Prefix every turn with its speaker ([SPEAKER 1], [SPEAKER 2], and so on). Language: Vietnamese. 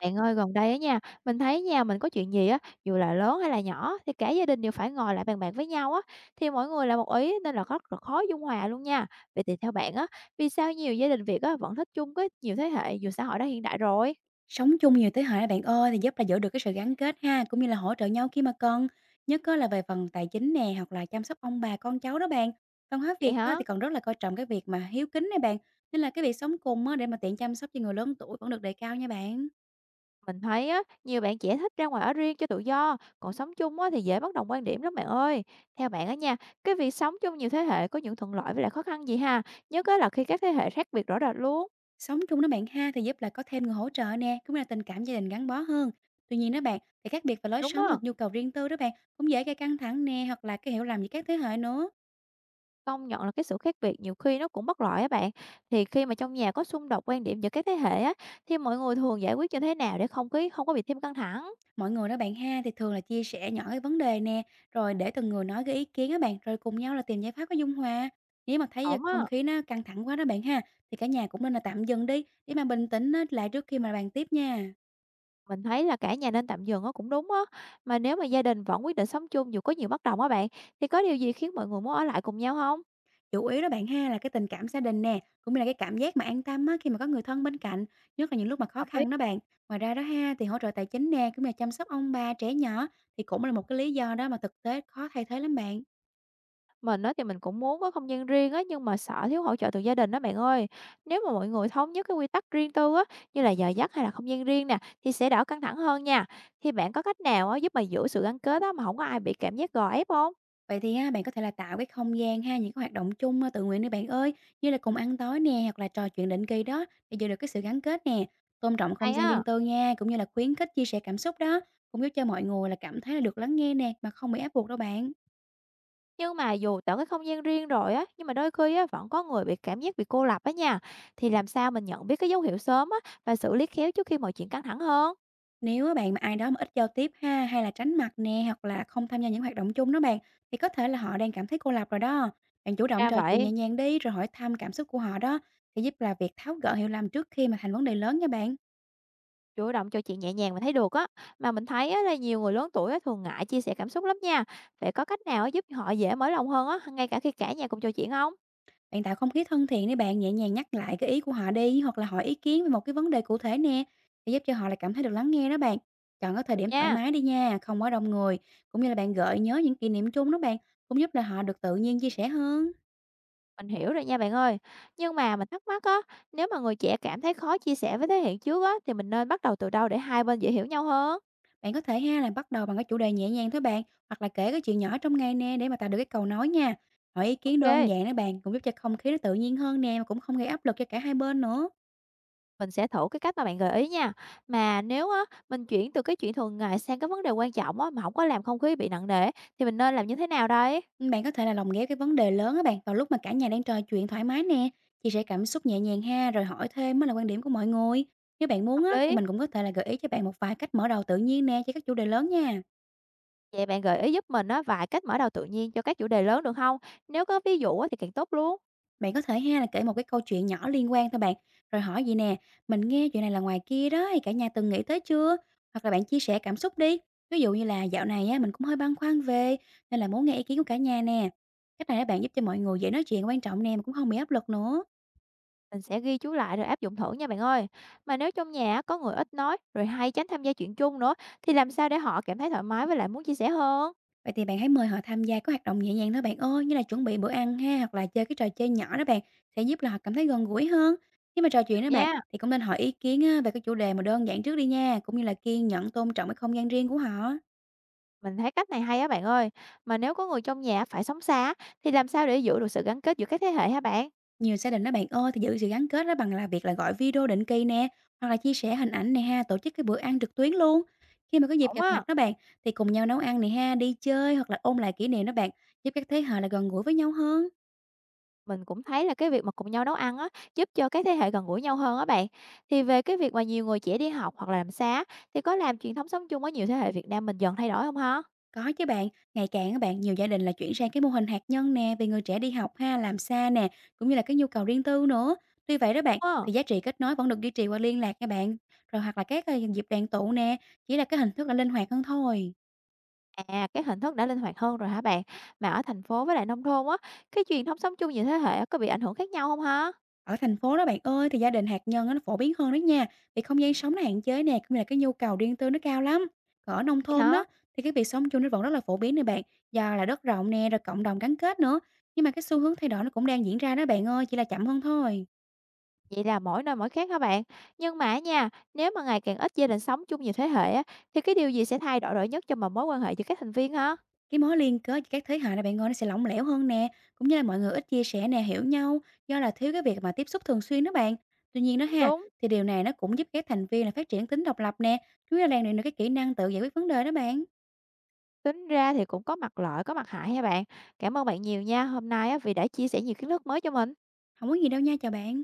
[SPEAKER 1] Bạn ơi, gần đây á nha, mình thấy nha, mình có chuyện gì á, dù là lớn hay là nhỏ thì cả gia đình đều phải ngồi lại bàn bạc với nhau á, thì mỗi người là một ý nên là rất là khó dung hòa luôn nha. Vậy thì theo bạn á, vì sao nhiều gia đình Việt á vẫn thích chung với nhiều thế hệ dù xã hội đã hiện đại rồi?
[SPEAKER 2] Sống chung nhiều thế hệ đó bạn ơi thì giúp là giữ được cái sự gắn kết ha, cũng như là hỗ trợ nhau khi mà cần, nhất có là về phần tài chính nè, hoặc là chăm sóc ông bà con cháu đó bạn. Văn hóa
[SPEAKER 1] Vậy
[SPEAKER 2] Việt á
[SPEAKER 1] hả?
[SPEAKER 2] thì còn rất là coi trọng cái việc mà hiếu kính này bạn, nên là cái việc sống cùng á để mà tiện chăm sóc cho người lớn tuổi vẫn được đề cao nha bạn.
[SPEAKER 1] Mình thấy á, nhiều bạn trẻ thích ra ngoài ở riêng cho tự do, còn sống chung á thì dễ bất đồng quan điểm lắm bạn ơi. Theo bạn á nha, cái việc sống chung nhiều thế hệ có những thuận lợi với lại khó khăn gì ha? Nhất á là khi các thế hệ khác biệt rõ rệt luôn.
[SPEAKER 2] Sống chung đó bạn ha thì giúp là có thêm người hỗ trợ nè, cũng như là tình cảm gia đình gắn bó hơn. Tuy nhiên đó bạn, thì khác biệt về lối
[SPEAKER 1] Đúng
[SPEAKER 2] sống
[SPEAKER 1] á.
[SPEAKER 2] và nhu cầu riêng tư đó bạn cũng dễ gây căng thẳng nè, hoặc là cái hiểu lầm giữa các thế hệ nữa.
[SPEAKER 1] Công nhận là cái sự khác biệt nhiều khi nó cũng bất lợi á bạn. Thì khi mà trong nhà có xung đột quan điểm giữa các thế hệ á, thì mọi người thường giải quyết như thế nào để không khí không có bị thêm căng thẳng?
[SPEAKER 2] Mọi người đó bạn ha, thì thường là chia sẻ nhỏ cái vấn đề nè, rồi để từng người nói cái ý kiến đó bạn, rồi cùng nhau là tìm giải pháp có dung hòa. Nếu mà thấy
[SPEAKER 1] Ổn á,
[SPEAKER 2] không khí nó căng thẳng quá đó bạn ha, thì cả nhà cũng nên là tạm dừng đi, để mà bình tĩnh á, lại trước khi mà bàn tiếp nha.
[SPEAKER 1] mình thấy là cả nhà nên tạm dừng á cũng đúng á. Mà nếu mà gia đình vẫn quyết định sống chung dù có nhiều bất đồng á bạn, thì có điều gì khiến mọi người muốn ở lại cùng nhau không?
[SPEAKER 2] Chủ yếu đó bạn ha là cái tình cảm gia đình nè, cũng như là cái cảm giác mà an tâm á, khi mà có người thân bên cạnh, nhất là những lúc mà khó
[SPEAKER 1] Hợp lý.
[SPEAKER 2] khăn đó bạn. Ngoài ra đó ha, thì hỗ trợ tài chính nè, cũng như là chăm sóc ông bà, trẻ nhỏ, thì cũng là một cái lý do đó mà thực tế khó thay thế lắm bạn.
[SPEAKER 1] Mình á thì mình cũng muốn có không gian riêng á, nhưng mà sợ thiếu hỗ trợ từ gia đình đó bạn ơi. Nếu mà mọi người thống nhất cái quy tắc riêng tư á, như là giờ giấc hay là không gian riêng nè, thì sẽ đỡ căng thẳng hơn nha. Thì bạn có cách nào á giúp mà giữ sự gắn kết á mà không có ai bị cảm giác gò ép không?
[SPEAKER 2] Vậy thì á, bạn có thể là tạo cái không gian ha, những cái hoạt động chung, tự nguyện đi bạn ơi, như là cùng ăn tối nè, hoặc là trò chuyện định kỳ đó, để giữ được cái sự gắn kết nè. Tôn trọng không
[SPEAKER 1] Hay
[SPEAKER 2] gian riêng
[SPEAKER 1] á.
[SPEAKER 2] tư nha, cũng như là khuyến khích chia sẻ cảm xúc đó, cũng giúp cho mọi người là cảm thấy là được lắng nghe nè, mà không bị ép buộc đâu bạn.
[SPEAKER 1] Nhưng mà dù tạo cái không gian riêng rồi á, nhưng mà đôi khi á vẫn có người bị cảm giác bị cô lập á nha. Thì làm sao mình nhận biết cái dấu hiệu sớm á và xử lý khéo trước khi mọi chuyện căng thẳng hơn?
[SPEAKER 2] Nếu á bạn mà ai đó mà ít giao tiếp ha, hay là tránh mặt nè, hoặc là không tham gia những hoạt động chung đó bạn, thì có thể là họ đang cảm thấy cô lập rồi đó. Bạn chủ động
[SPEAKER 1] Ra
[SPEAKER 2] trò chuyện
[SPEAKER 1] vậy.
[SPEAKER 2] nhẹ nhàng đi, rồi hỏi thăm cảm xúc của họ đó, sẽ giúp là việc tháo gỡ hiểu lầm trước khi mà thành vấn đề lớn nha bạn.
[SPEAKER 1] Chủ động trò chuyện nhẹ nhàng mình thấy được á, mà mình thấy á là nhiều người lớn tuổi á thường ngại chia sẻ cảm xúc lắm nha. Vậy có cách nào á giúp họ dễ mở lòng hơn á, ngay cả khi cả nhà cùng trò chuyện không?
[SPEAKER 2] Bạn tạo không khí thân thiện để bạn nhẹ nhàng nhắc lại cái ý của họ đi, hoặc là hỏi ý kiến về một cái vấn đề cụ thể nè để giúp cho họ là cảm thấy được lắng nghe đó bạn. Chọn cái thời
[SPEAKER 1] Được
[SPEAKER 2] điểm thoải
[SPEAKER 1] nha,
[SPEAKER 2] mái đi nha, không quá đông người, cũng như là bạn gợi nhớ những kỷ niệm chung đó bạn, cũng giúp là họ được tự nhiên chia sẻ hơn.
[SPEAKER 1] mình hiểu rồi nha bạn ơi. Nhưng mà mình thắc mắc á, nếu mà người trẻ cảm thấy khó chia sẻ với thế hệ trước á thì mình nên bắt đầu từ đâu để hai bên dễ hiểu nhau hơn?
[SPEAKER 2] Bạn có thể ha là bắt đầu bằng cái chủ đề nhẹ nhàng thôi bạn, hoặc là kể cái chuyện nhỏ trong ngày nè để mà tạo được cái cầu nói nha. Hỏi ý kiến đơn
[SPEAKER 1] Ok,
[SPEAKER 2] giản đó bạn, cũng giúp cho không khí nó tự nhiên hơn nè mà cũng không gây áp lực cho cả hai bên nữa.
[SPEAKER 1] mình sẽ thử cái cách mà bạn gợi ý nha. Mà nếu á mình chuyển từ cái chuyện thường ngày sang cái vấn đề quan trọng á mà không có làm không khí bị nặng nề thì mình nên làm như thế nào đây?
[SPEAKER 2] Bạn có thể là lồng ghép cái vấn đề lớn á bạn vào lúc mà cả nhà đang trò chuyện thoải mái nè, chia sẻ cảm xúc nhẹ nhàng ha, rồi hỏi thêm á là quan điểm của mọi người. Nếu bạn muốn
[SPEAKER 1] Hợp
[SPEAKER 2] á thì
[SPEAKER 1] lý.
[SPEAKER 2] mình cũng có thể là gợi ý cho bạn một vài cách mở đầu tự nhiên nè cho các chủ đề lớn nha.
[SPEAKER 1] Vậy bạn gợi ý giúp mình á vài cách mở đầu tự nhiên cho các chủ đề lớn được không? Nếu có ví dụ á thì càng tốt luôn.
[SPEAKER 2] Bạn có thể ha là kể một cái câu chuyện nhỏ liên quan thôi bạn, rồi hỏi gì nè, mình nghe chuyện này là ngoài kia đó thì cả nhà từng nghĩ tới chưa? Hoặc là bạn chia sẻ cảm xúc đi. Ví dụ như là dạo này á mình cũng hơi băn khoăn về, nên là muốn nghe ý kiến của cả nhà nè. Cách này á bạn giúp cho mọi người dễ nói chuyện quan trọng nè mà cũng không bị áp lực nữa.
[SPEAKER 1] Mình sẽ ghi chú lại rồi áp dụng thử nha bạn ơi. Mà nếu trong nhà á có người ít nói rồi hay tránh tham gia chuyện chung nữa thì làm sao để họ cảm thấy thoải mái với lại muốn chia sẻ hơn?
[SPEAKER 2] Vậy thì bạn hãy mời họ tham gia các hoạt động nhẹ nhàng thôi bạn ơi, như là chuẩn bị bữa ăn ha, hoặc là chơi cái trò chơi nhỏ đó bạn, sẽ giúp là họ cảm thấy gần gũi hơn. Khi mà trò chuyện
[SPEAKER 1] Được
[SPEAKER 2] đó bạn,
[SPEAKER 1] nha.
[SPEAKER 2] thì cũng nên hỏi ý kiến á, về cái chủ đề mà đơn giản trước đi nha, cũng như là kiên nhẫn tôn trọng cái không gian riêng của họ.
[SPEAKER 1] Mình thấy cách này hay á bạn ơi. Mà nếu có người trong nhà phải sống xa á, thì làm sao để giữ được sự gắn kết giữa các thế hệ hả bạn?
[SPEAKER 2] Nhiều gia đình đó bạn ơi, thì giữ sự gắn kết đó bằng là việc là gọi video định kỳ nè, hoặc là chia sẻ hình ảnh này ha, tổ chức cái bữa ăn trực tuyến luôn. Khi mà có dịp
[SPEAKER 1] Ổn
[SPEAKER 2] gặp mặt
[SPEAKER 1] á.
[SPEAKER 2] đó bạn, thì cùng nhau nấu ăn này ha, đi chơi hoặc là ôn lại kỷ niệm đó bạn, giúp các thế hệ là gần gũi với nhau hơn.
[SPEAKER 1] Mình cũng thấy là cái việc mà cùng nhau nấu ăn á, giúp cho các thế hệ gần gũi nhau hơn á bạn. Thì về cái việc mà nhiều người trẻ đi học hoặc là làm xa thì có làm truyền thống sống chung ở nhiều thế hệ Việt Nam mình dần thay đổi không hả?
[SPEAKER 2] Có chứ bạn, ngày càng các bạn, nhiều gia đình là chuyển sang cái mô hình hạt nhân nè, vì người trẻ đi học ha, làm xa nè, cũng như là cái nhu cầu riêng tư nữa. Tuy vậy đó
[SPEAKER 1] Đúng
[SPEAKER 2] bạn,
[SPEAKER 1] không?
[SPEAKER 2] thì giá trị kết nối vẫn được duy trì qua liên lạc các bạn. Rồi hoặc là các dịp đoàn tụ nè, chỉ là cái hình thức là linh hoạt hơn thôi.
[SPEAKER 1] À, cái hình thức đã linh hoạt hơn rồi hả bạn? Mà ở thành phố với lại nông thôn á, cái truyền thống sống chung nhiều thế hệ á, có bị ảnh hưởng khác nhau không hả?
[SPEAKER 2] Ở thành phố đó bạn ơi, thì gia đình hạt nhân á, nó phổ biến hơn đó nha, vì không gian sống nó hạn chế nè, cũng như là cái nhu cầu riêng tư nó cao lắm. Còn ở nông
[SPEAKER 1] Vậy
[SPEAKER 2] thôn đó,
[SPEAKER 1] hả?
[SPEAKER 2] thì cái việc sống chung nó vẫn rất là phổ biến nè bạn, do là đất rộng nè, rồi cộng đồng gắn kết nữa. Nhưng mà cái xu hướng thay đổi nó cũng đang diễn ra đó bạn ơi, chỉ là chậm hơn thôi.
[SPEAKER 1] Vậy là mỗi nơi mỗi khác hả bạn? Nhưng mà nha, nếu mà ngày càng ít gia đình sống chung nhiều thế hệ á, thì cái điều gì sẽ thay đổi rõ nhất cho mà mối quan hệ giữa các thành viên hả?
[SPEAKER 2] Cái mối liên kết giữa các thế hệ này bạn ơi, nó sẽ lỏng lẻo hơn nè, cũng như là mọi người ít chia sẻ nè, hiểu nhau do là thiếu cái việc mà tiếp xúc thường xuyên đó bạn. Tuy nhiên đó
[SPEAKER 1] Cũng
[SPEAKER 2] ha,
[SPEAKER 1] đúng.
[SPEAKER 2] thì điều này nó cũng giúp các thành viên là phát triển tính độc lập nè, cũng như là rèn luyện được cái kỹ năng tự giải quyết vấn đề đó bạn.
[SPEAKER 1] Tính ra thì cũng có mặt lợi, có mặt hại ha bạn. Cảm ơn bạn nhiều nha, hôm nay á vì đã chia sẻ nhiều kiến thức mới cho mình.
[SPEAKER 2] Không có gì đâu nha, chào bạn.